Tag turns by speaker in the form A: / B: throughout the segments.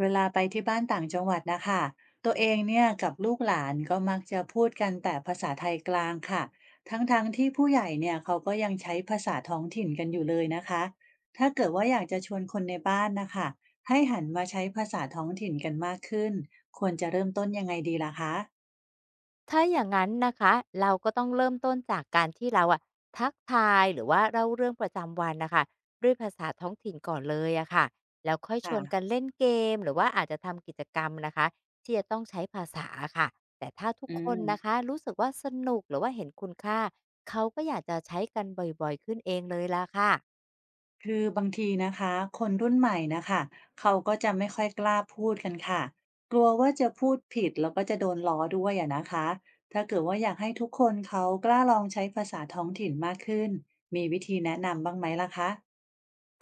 A: เวลาไปที่บ้านต่างจังหวัดนะคะตัวเองเนี่ยกับลูกหลานก็มักจะพูดกันแต่ภาษาไทยกลางค่ะทั้งๆทที่ผู้ใหญ่เนี่ยเขาก็ยังใช้ภาษาท้องถิ่นกันอยู่เลยนะคะถ้าเกิดว่าอยากจะชวนคนในบ้านนะคะให้หันมาใช้ภาษาท้องถิ่นกันมากขึ้น ควรจะเริ่มต้นยังไงดีล่ะคะ
B: ถ้าอย่างนั้นนะคะเราก็ต้องเริ่มต้นจากการที่เราอะทักทายหรือว่าเล่าเรื่องประจำวันนะคะด้วยภาษาท้องถิ่นก่อนเลยอะค่ะแล้วค่อยชวนกัน
A: ค่ะ
B: เล่นเกมหรือว่าอาจจะทำกิจกรรมนะคะที่จะต้องใช้ภาษาค่ะแต่ถ้าทุก
A: อื
B: คน
A: ม
B: นะคะรู้สึกว่าสนุกหรือว่าเห็นคุณค่าเขาก็อยากจะใช้กันบ่อยๆขึ้นเองเลยละค่ะ
A: คือบางทีนะคะคนรุ่นใหม่นะคะเขาก็จะไม่ค่อยกล้าพูดกันค่ะกลัวว่าจะพูดผิดแล้วก็จะโดนล้อด้วยอะนะคะถ้าเกิดว่าอยากให้ทุกคนเขากล้าลองใช้ภาษาท้องถิ่นมากขึ้นมีวิธีแนะนำบ้างไหมล่ะคะ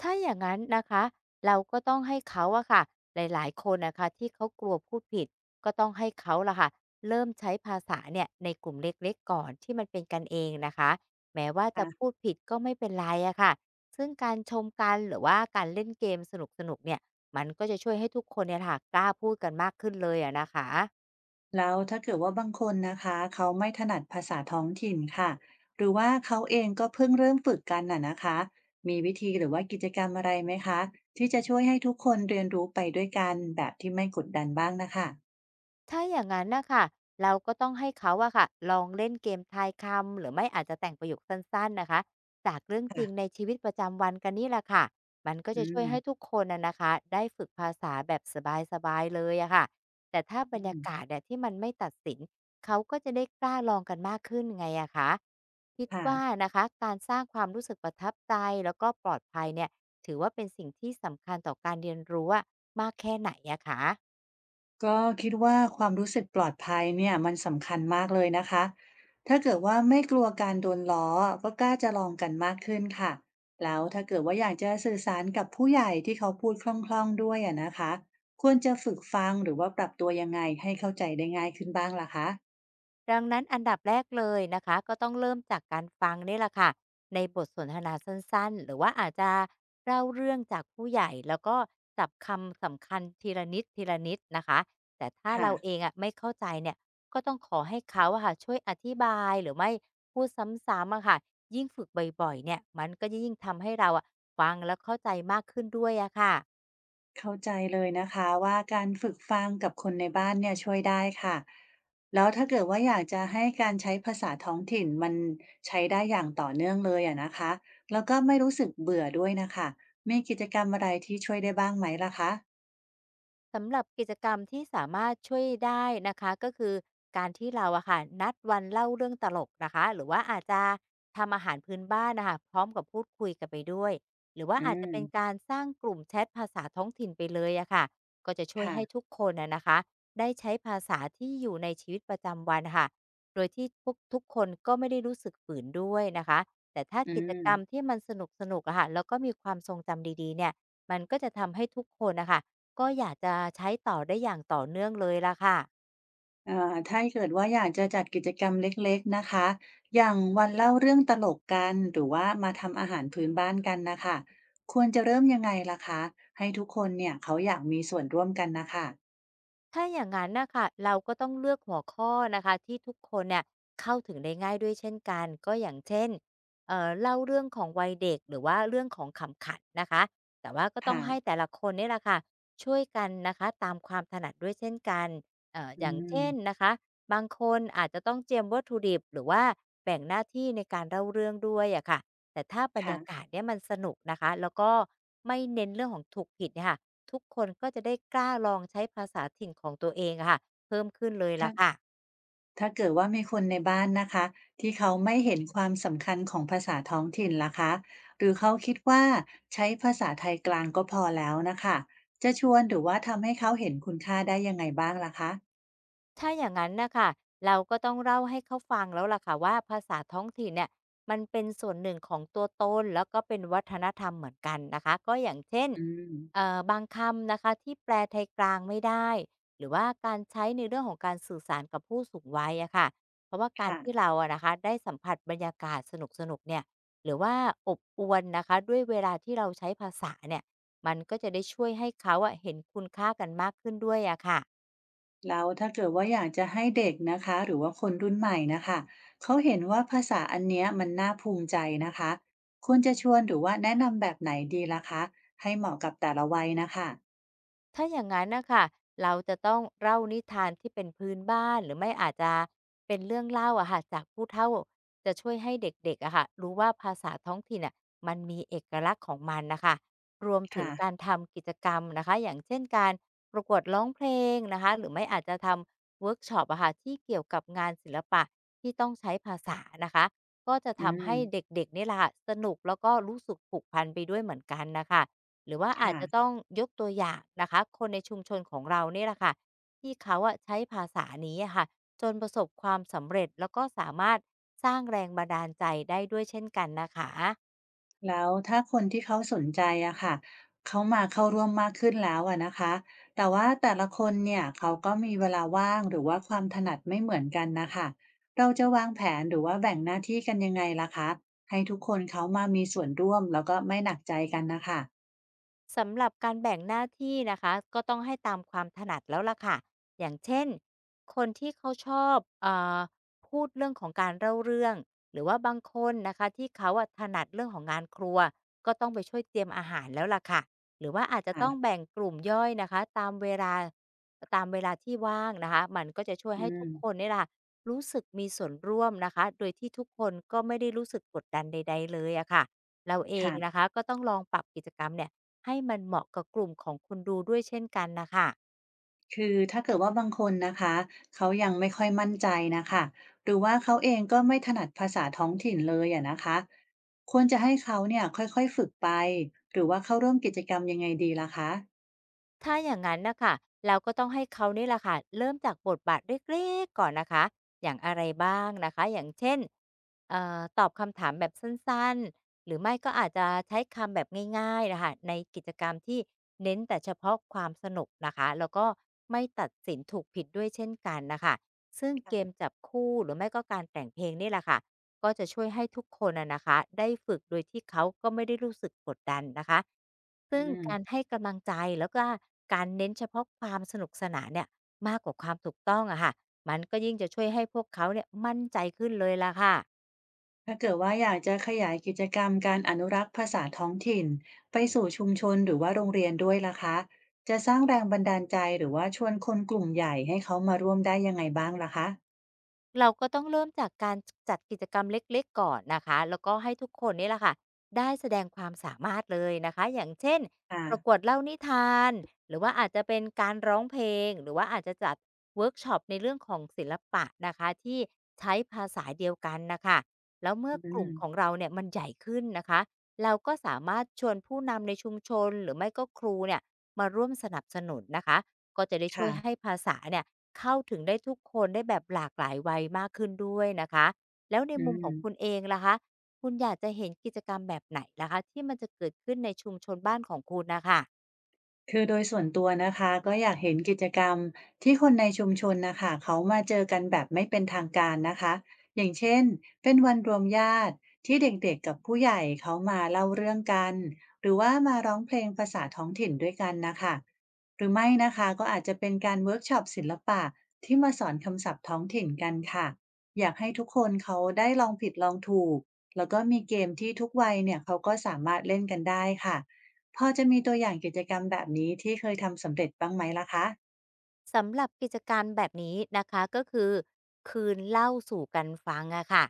B: ถ้าอย่างนั้นนะคะเราก็ต้องให้เขาอะค่ะหลายๆคนนะคะที่เขากลัวพูดผิดก็ต้องให้เขาละค่ะเริ่มใช้ภาษาเนี่ยในกลุ่มเล็กๆก่อนที่มันเป็นกันเองนะคะแม้ว่าจะ
A: ค่ะ
B: พูดผิดก็ไม่เป็นไรอะค่ะซึ่งการชมกันหรือว่าการเล่นเกมสนุกๆเนี่ยมันก็จะช่วยให้ทุกคนเนี่ยค่ะกล้าพูดกันมากขึ้นเลยอะนะคะ
A: แล้วถ้าเกิดว่าบางคนนะคะเขาไม่ถนัดภาษาท้องถิ่นค่ะหรือว่าเขาเองก็เพิ่งเริ่มฝึกกันน่ะนะคะมีวิธีหรือว่ากิจกรรมอะไรไหมคะที่จะช่วยให้ทุกคนเรียนรู้ไปด้วยกันแบบที่ไม่กดดันบ้างนะคะ
B: ถ้าอย่างนั้นนะค่ะเราก็ต้องให้เขาอะค่ะลองเล่นเกมทายคำหรือไม่อาจจะแต่งประโยคสั้นๆนะคะจากเรื่องจริงใน
A: ค่ะ
B: ชีวิตประจำวันกันนี่แหละค่ะมันก็
A: อื
B: จะช่วย
A: ม
B: ให้ทุกคนนะนะคะได้ฝึกภาษาแบบสบายๆเลยอะค่ะแต่ถ้าบรร
A: อื
B: ยา
A: ม
B: กาศเนี่ยที่มันไม่ตัดสินเขาก็จะได้กล้าลองกันมากขึ้นไงอะคะคิด
A: ค่ะ
B: ว่านะคะการสร้างความรู้สึกประทับใจแล้วก็ปลอดภัยเนี่ยถือว่าเป็นสิ่งที่สำคัญต่อการเรียนรู้อะมากแค่ไหนอะคะ
A: ก็คิดว่าความรู้สึกปลอดภัยเนี่ยมันสำคัญมากเลยนะคะถ้าเกิดว่าไม่กลัวการโดนล้อก็กล้าจะลองกันมากขึ้นค่ะแล้วถ้าเกิดว่าอยากจะสื่อสารกับผู้ใหญ่ที่เขาพูดคล่องๆด้วยอะนะคะควรจะฝึกฟังหรือว่าปรับตัวยังไงให้เข้าใจได้ง่ายขึ้นบ้างล่ะคะ
B: ดังนั้นอันดับแรกเลยนะคะก็ต้องเริ่มจากการฟังนี่แหละค่ะในบทสนทนาสั้นๆหรือว่าอาจจะเล่าเรื่องจากผู้ใหญ่แล้วก็จับคำสำคัญทีละนิดทีละนิดนะคะแต่ถ้า
A: ค่ะ
B: เราเองอ่ะไม่เข้าใจเนี่ยก็ต้องขอให้เขาอะค่ะช่วยอธิบายหรือไม่พูดซ้ำๆอะค่ะยิ่งฝึกบ่อยๆเนี่ยมันก็จะยิ่งทำให้เราอะฟังแล้วเข้าใจมากขึ้นด้วยอะค่ะ
A: เข้าใจเลยนะคะว่าการฝึกฟังกับคนในบ้านเนี่ยช่วยได้ค่ะแล้วถ้าเกิดว่าอยากจะให้การใช้ภาษาท้องถิ่นมันใช้ได้อย่างต่อเนื่องเลยอะนะคะแล้วก็ไม่รู้สึกเบื่อด้วยนะคะมีกิจกรรมอะไรที่ช่วยได้บ้างไหมล่ะคะ
B: สำหรับกิจกรรมที่สามารถช่วยได้นะคะก็คือการที่เราอะค่ะนัดวันเล่าเรื่องตลกนะคะหรือว่าอาจจะทำอาหารพื้นบ้านนะคะพร้อมกับพูดคุยกันไปด้วยหรือว่า
A: อื
B: อาจจะ
A: ม
B: เป็นการสร้างกลุ่มแชทภาษาท้องถิ่นไปเลยอะค่ะก็จะช่วย
A: ค่ะ
B: ให้ทุกคนนะนะคะได้ใช้ภาษาที่อยู่ในชีวิตประจำวันค่ะโดยที่พวกทุกคนก็ไม่ได้รู้สึกฝืนด้วยนะคะแต่ถ้า
A: อื
B: กิจกรรม
A: ม
B: ที่มันสนุกสนุกอะค่ะแล้วก็มีความทรงจำดีๆเนี่ยมันก็จะทำให้ทุกคนนะคะ ก็อยากจะใช้ต่อได้อย่างต่อเนื่องเลยล่ะค่ะ
A: อ่าถ้าเกิดว่าอยากจะจัดกิจกรรมเล็กๆนะคะ อย่างวันเล่าเรื่องตลกกันหรือว่ามาทำอาหารพื้นบ้านกันนะค่ะควรจะเริ่มยังไงล่ะคะ ให้ทุกคนเนี่ยเขาอยากมีส่วนร่วมกันน่ะค่ะ
B: ถ้าอย่างนั้นนะคะเราก็ต้องเลือกหัวข้อนะคะที่ทุกคนเนี่ยเข้าถึงได้ง่ายด้วยเช่นกันก็อย่างเช่นเล่าเรื่องของวัยเด็กหรือว่าเรื่องของขำขันนะคะแต่ว่าก็ต้องให้
A: ค่ะ
B: แต่ละคนเนี่ยแหละค่ะช่วยกันนะคะตามความถนัดด้วยเช่นกัน
A: อื
B: อย่าง
A: ม
B: เช่นนะคะบางคนอาจจะต้องเจียมวัตถุดิบหรือว่าแบ่งหน้าที่ในการเล่าเรื่องด้วยอะค่ะแต่ถ้าบรร
A: ค่ะ
B: ยากาศเนี่ยมันสนุกนะคะแล้วก็ไม่เน้นเรื่องของถูกผิดเนี่ยค่ะ ทุกคนก็จะได้กล้าลองใช้ภาษาถิ่นของตัวเองอะค่ะเพิ่มขึ้นเลย
A: ถ้า
B: ล่ะค่ะ
A: ถ้าเกิดว่ามีคนในบ้านนะคะที่เขาไม่เห็นความสำคัญของภาษาท้องถิ่นล่ะคะหรือเขาคิดว่าใช้ภาษาไทยกลางก็พอแล้วนะคะ จะชวนหรือว่าทำให้เขาเห็นคุณค่าได้ยังไงบ้างล่ะคะ
B: ถ้าอย่างนั้นนะค่ะเราก็ต้องเล่าให้เขาฟังแล้วล่ะค่ะว่าภาษาท้องถิ่นเนี่ยมันเป็นส่วนหนึ่งของตัวตนแล้วก็เป็นวัฒนธรรมเหมือนกันนะคะก็อย่างเช่น
A: อืม
B: บางคำนะคะที่แปลไทยกลางไม่ได้หรือว่าการใช้ในเรื่องของการสื่อสารกับผู้สูงวัยอะค่ะเพราะว่าการ
A: ค่ะ
B: ที่เราอะนะคะได้สัมผัสบรรยากาศสนุกๆเนี่ยหรือว่าอบอวลนะคะด้วยเวลาที่เราใช้ภาษาเนี่ยมันก็จะได้ช่วยให้เขาอะเห็นคุณค่ากันมากขึ้นด้วยอะค่ะ
A: แล้วถ้าเกิดว่าอยากจะให้เด็กนะคะหรือว่าคนรุ่นใหม่นะคะเขาเห็นว่าภาษาอันเนี้ยมันน่าภูมิใจนะคะควรจะชวนหรือว่าแนะนำแบบไหนดีล่ะคะให้เหมาะกับแต่ละวัยนะคะ
B: ถ้าอย่างนั้นนะคะเราจะต้องเล่านิทานที่เป็นพื้นบ้านหรือไม่อาจจะเป็นเรื่องเล่าอะค่ะจากผู้เฒ่าจะช่วยให้เด็กๆอะค่ะรู้ว่าภาษาท้องถิ่นอะมันมีเอกลักษณ์ของมันนะคะรวมถึง
A: ค่ะ
B: การทำกิจกรรมนะคะอย่างเช่นการประกวดร้องเพลงนะคะหรือไม่อาจจะทำเวิร์กช็อปอะค่ะที่เกี่ยวกับงานศิลปะที่ต้องใช้ภาษานะคะก็จะ
A: อื
B: ทำให้
A: ม
B: เด็กๆนี่แหละค่ะสนุกแล้วก็รู้สึกผูกพันไปด้วยเหมือนกันนะคะ หรือว่าอาจ
A: ค่ะ
B: จะต้องยกตัวอย่างนะคะคนในชุมชนของเราเนี่ยแหละค่ะที่เขาอะใช้ภาษานี้อะค่ะจนประสบความสำเร็จแล้วก็สามารถสร้างแรงบันดาลใจได้ด้วยเช่นกันนะคะ
A: แล้วถ้าคนที่เขาสนใจอะค่ะเขามาเข้าร่วมมากขึ้นแล้วอะนะคะแต่ว่าแต่ละคนเนี่ยเขาก็มีเวลาว่างหรือว่าความถนัดไม่เหมือนกันนะคะเราจะวางแผนหรือว่าแบ่งหน้าที่กันยังไงล่ะคะให้ทุกคนเขามามีส่วนร่วมแล้วก็ไม่หนักใจกันนะคะ
B: สำหรับการแบ่งหน้าที่นะคะก็ต้องให้ตามความถนัดแล้วล่ะค่ะอย่างเช่นคนที่เขาชอบเออพูดเรื่องของการเล่าเรื่องหรือว่าบางคนนะคะที่เขาอะถนัดเรื่องของงานครัวก็ต้องไปช่วยเตรียมอาหารแล้วล่ะค่ะหรือว่าอาจจะต้อง
A: อ่ะ
B: แบ่งกลุ่มย่อยนะคะตามเวลาตามเวลาที่ว่างนะคะมันก็จะช่วย
A: อื
B: ให้ทุ
A: ม
B: กคนเนี่ยล่ะรู้สึกมีส่วนร่วมนะคะโดยที่ทุกคนก็ไม่ได้รู้สึกกดดันใดๆเลยอะค่ะเราเองนะ
A: ค่ะ
B: คะก็ต้องลองปรับกิจกรรมเนี่ย ให้มันเหมาะกับกลุ่มของคุณดูด้วยเช่นกันนะคะ
A: คือถ้าเกิดว่าบางคนนะคะเขายังไม่ค่อยมั่นใจนะคะหรือว่าเขาเองก็ไม่ถนัดภาษาท้องถิ่นเลยอะนะคะควรจะให้เขาเนี่ยค่อยๆฝึกไปหรือว่าเข้าร่วมกิจกรรมยังไงดีล่ะคะ
B: ถ้าอย่างนั้นนะคะเราก็ต้องให้เขานี่แหละค่ะเริ่มจากบทบาทเล็กๆก่อนนะคะอย่างอะไรบ้างนะคะอย่างเช่นตอบคำถามแบบสั้นๆหรือไม่ก็อาจจะใช้คำแบบง่ายๆนะคะในกิจกรรมที่เน้นแต่เฉพาะความสนุกนะคะแล้วก็ไม่ตัดสินถูกผิดด้วยเช่นกันนะคะซึ่งเกมจับคู่หรือไม่ก็การแต่งเพลงนี่แหละค่ะ ก็จะช่วยให้ทุกคนอะนะคะได้ฝึกโดยที่เขาก็ไม่ได้รู้สึกกดดันนะคะ
A: อื
B: ซึ่ง
A: ม
B: การให้กำลังใจแล้วก็การเน้นเฉพาะความสนุกสนานเนี่ยมากกว่าความถูกต้องอะค่ะมันก็ยิ่งจะช่วยให้พวกเขาเนี่ยมั่นใจขึ้นเลยล่ะค่ะ
A: ถ้าเกิดว่าอยากจะขยายกิจกรรมการอนุรักษ์ภาษาท้องถิ่นไปสู่ชุมชนหรือว่าโรงเรียนด้วยล่ะคะจะสร้างแรงบันดาลใจหรือว่าชวนคนกลุ่มใหญ่ให้เขามาร่วมได้ยังไงบ้างล่ะคะ
B: เราก็ต้องเริ่มจากการจัดกิจกรรมเล็กๆก่อนนะคะแล้วก็ให้ทุกคนนี่แหละค่ะได้แสดงความสามารถเลยนะคะอย่างเช่น
A: ค่ะ
B: ประกวดเล่านิทานหรือว่าอาจจะเป็นการร้องเพลงหรือว่าอาจจะจัดเวิร์กช็อปในเรื่องของศิลปะนะคะที่ใช้ภาษาเดียวกันนะคะแล้วเมื่อ
A: อื
B: กลุ่ม
A: ม
B: ของเราเนี่ยมันใหญ่ขึ้นนะคะเราก็สามารถชวนผู้นำในชุมชนหรือไม่ก็ครูเนี่ยมาร่วมสนับสนุนนะคะก็จะได้ช่ว
A: ค่ะ
B: ยให้ภาษาเนี่ย เข้าถึงได้ทุกคนได้แบบหลากหลายวัยมากขึ้นด้วยนะคะแล้วใน
A: อื
B: มุมของคุณ
A: ม
B: เองล่ะคะคุณอยากจะเห็นกิจกรรมแบบไหนล่ะคะที่มันจะเกิดขึ้นในชุมชนบ้านของคุณนะคะ
A: คือโดยส่วนตัวนะคะก็อยากเห็นกิจกรรมที่คนในชุมชนนะคะเขามาเจอกันแบบไม่เป็นทางการนะคะอย่างเช่นเป็นวันรวมญาติที่เด็กๆกับผู้ใหญ่เขามาเล่าเรื่องกันหรือว่ามาร้องเพลงภาษาท้องถิ่นด้วยกันนะคะหรือไม่นะคะก็อาจจะเป็นการเวิร์กช็อปศิลปะที่มาสอนคำศัพท์ท้องถิ่นกันค่ะอยากให้ทุกคนเขาได้ลองผิดลองถูกแล้วก็มีเกมที่ทุกวัยเนี่ยเขาก็สามารถเล่นกันได้ค่ะ พอจะมีตัวอย่างกิจกรรมแบบนี้ที่เคยทำสำเร็จบ้างไหมล่ะคะ
B: สำหรับกิจการแบบนี้นะคะก็คือคืนเล่าสู่กันฟังอะค่ะ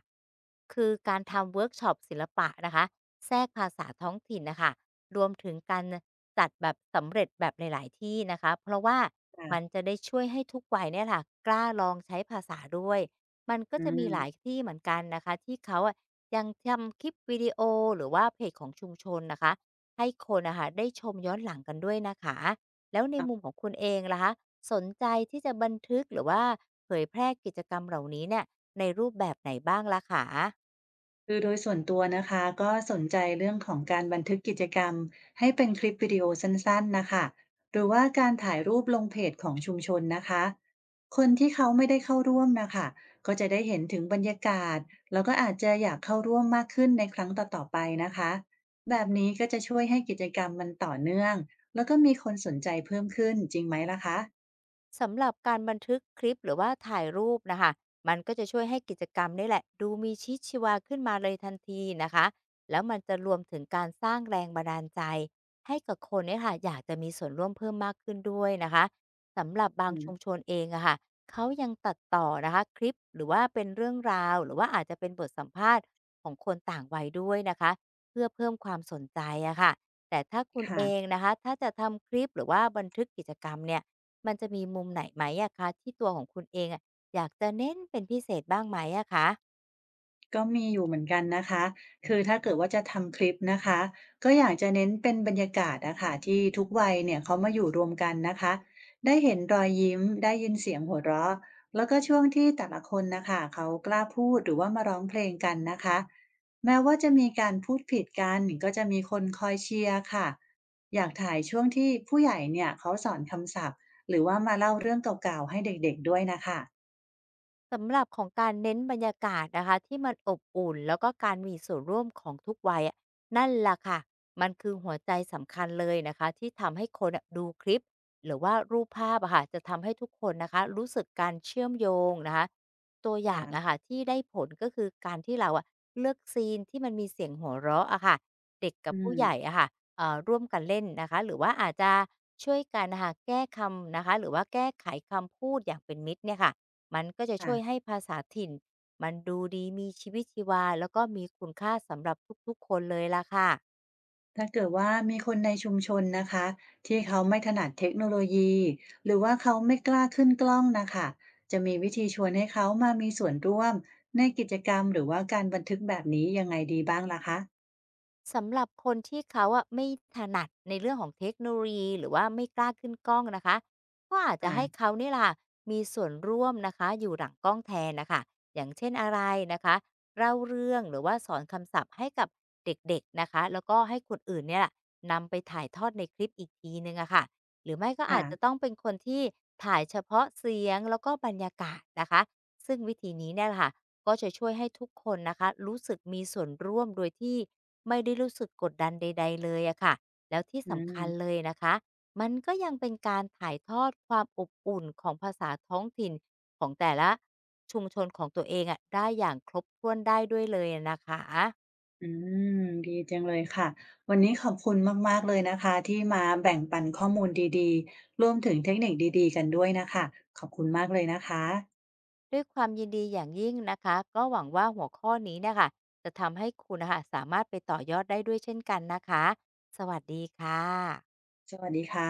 B: คือการทำเวิร์กช็อปศิลปะนะคะแทรกภาษาท้องถิ่นนะคะรวมถึงการจัดแบบสำเร็จแบบหลายๆที่นะคะเพราะว่า
A: ค่ะ
B: มันจะได้ช่วยให้ทุกวัยเนี่ยค่ะกล้าลองใช้ภาษาด้วยมันก็
A: อื
B: จะ
A: ม
B: มีหลายที่เหมือนกันนะคะที่เขาอะยังทำคลิปวิดีโอหรือว่าเพจของชุมชนนะคะให้คนนะคะได้ชมย้อนหลังกันด้วยนะคะ แล้วใน
A: อา
B: มุมของคุณเองล่ะคะสนใจที่จะบันทึกหรือว่าเผยแพร่กิจกรรมเหล่านี้เนี่ยในรูปแบบไหนบ้างล่ะคะ
A: คือโดยส่วนตัวนะคะก็สนใจเรื่องของการบันทึกกิจกรรมให้เป็นคลิปวิดีโอสั้นๆน่ะค่ะหรือว่าการถ่ายรูปลงเพจของชุมชนนะคะคนที่เขาไม่ได้เข้าร่วมน่ะค่ะก็จะได้เห็นถึงบรรยากาศแล้วก็อาจจะอยากเข้าร่วมมากขึ้นในครั้งต่อๆไปนะคะแบบนี้ก็จะช่วยให้กิจกรรมมันต่อเนื่องแล้วก็มีคนสนใจเพิ่มขึ้นจริงไหมล่ะคะ
B: สำหรับการบันทึกคลิปหรือว่าถ่ายรูปน่ะค่ะมันก็จะช่วยให้กิจกรรมนี่แหละดูมีชีวิตชีวาขึ้นมาเลยทันทีนะคะแล้วมันจะรวมถึงการสร้างแรงบันดาลใจให้กับคนเนี่ยค่ะอยากจะมีส่วนร่วมเพิ่มมากขึ้นด้วยนะคะสำหรับบา
A: อื
B: ง
A: ม
B: ชุมชนเองอะค่ะเขายังตัดต่อนะคะคลิปหรือว่าเป็นเรื่องราวหรือว่าอาจจะเป็นบทสัมภาษณ์ของคนต่างวัยด้วยนะคะเพื่อเพิ่มความสนใจอะค่ะแต่ถ้าคุณเอ
A: ค่ะ
B: งนะคะถ้าจะทำคลิปหรือว่าบันทึกกิจกรรมเนี่ย มันจะมีมุมไหนไหมอะคะที่ตัวของคุณเองอะอยากจะเน้นเป็นพิเศษบ้างไหมอะคะ
A: ก็มีอยู่เหมือนกันนะคะคือถ้าเกิดว่าจะทำคลิปนะคะ ก็อยากจะเน้นเป็นบรรยากาศนะคะที่ทุกวัยเนี่ยเขามาอยู่รวมกันนะคะได้เห็นรอยยิ้มได้ยินเสียงหัวเราะแล้วก็ช่วงที่แต่ละคนนะคะเขากล้าพูดหรือว่ามาร้องเพลงกันนะคะแม้ว่าจะมีการพูดผิดกันก็จะมีคนคอยเชียร์ค่ะอยากถ่ายช่วงที่ผู้ใหญ่เนี่ยเขาสอนคำศัพท์หรือว่ามาเล่าเรื่องเก่าๆให้เด็กๆด้วยนะคะ
B: สำหรับของการเน้นบรรยากาศนะคะที่มันอบอุ่นแล้วก็การมีส่วนร่วมของทุกวัยอะนั่นล่ะค่ะมันคือหัวใจสำคัญเลยนะคะที่ทำให้คนอะดูคลิปหรือว่ารูปภาพอะค่ะจะทำให้ทุกคนนะคะรู้สึกการเชื่อมโยงนะคะตัวอย่า
A: ค่ะ
B: งอะค่ะที่ได้ผลก็คือการที่เราอะเลือกซีนที่มันมีเสียงหัวเราะอะค่ะเด็กกั
A: อื
B: บผู้
A: ม
B: ใหญ่อะค่ะร่วมกันเล่นนะคะหรือว่าอาจจะช่วยกันนะคะแก้คำนะคะหรือว่าแก้ไขคำพูดอย่างเป็นมิตรเนี่ยค่ะ มันก็จะช่วยให้
A: ค่ะ
B: ภาษาถิ่นมันดูดีมีชีวิตชีวาแล้วก็มีคุณค่าสำหรับทุกๆคนเลยล่ะค่ะ
A: ถ้าเกิดว่ามีคนในชุมชนนะคะที่เขาไม่ถนัดเทคโนโลยีหรือว่าเขาไม่กล้าขึ้นกล้องนะคะจะมีวิธีชวนให้เขามามีส่วนร่วมในกิจกรรมหรือว่าการบันทึกแบบนี้ยังไงดีบ้างล่ะคะ
B: สำหรับคนที่เขาอะไม่ถนัดในเรื่องของเทคโนโลยีหรือว่าไม่กล้าขึ้นกล้องนะคะก็อาจจะ
A: ค่ะ
B: ให้เขาเนี่ล่ะมีส่วนร่วมนะคะอยู่หลังกล้องแทนนะคะอย่างเช่นอะไรนะคะเล่าเรื่องหรือว่าสอนคำศัพท์ให้กับเด็กๆนะคะแล้วก็ให้คนอื่นเนี่ยล่ะนำไปถ่ายทอดในคลิปอีกทีหนึ่งอะค่ะหรือไม่ก็อา
A: ค่ะ
B: จจะต้องเป็นคนที่ถ่ายเฉพาะเสียงแล้วก็บรรยากาศนะคะซึ่งวิธีนี้เนี่ยล่ะค่ะ ก็จะช่วยให้ทุกคนนะคะรู้สึกมีส่วนร่วมโดยที่ไม่ได้รู้สึกกดดันใดๆเลยอะค่ะแล้วที่
A: อื
B: สำ
A: ม
B: คัญเลยนะคะมันก็ยังเป็นการถ่ายทอดความอบอุ่นของภาษาท้องถิ่นของแต่ละชุมชนของตัวเองอะได้อย่างครบถ้วนได้ด้วยเลยนะคะ
A: อืมดีจังเลยค่ะวันนี้ขอบคุณมากๆเลยนะคะที่มาแบ่งปันข้อมูลดีๆรวมถึงเทคนิคดีๆกันด้วยนะคะขอบคุณมากเลยนะคะ
B: ด้วยความยินดีอย่างยิ่งนะคะก็หวังว่าหัวข้อนี้เนี่ยค่ะจะทำให้คุณนะคะสามารถไปต่อยอดได้ด้วยเช่นกันนะคะสวัสดีค่ะ
A: สวัสดีค่ะ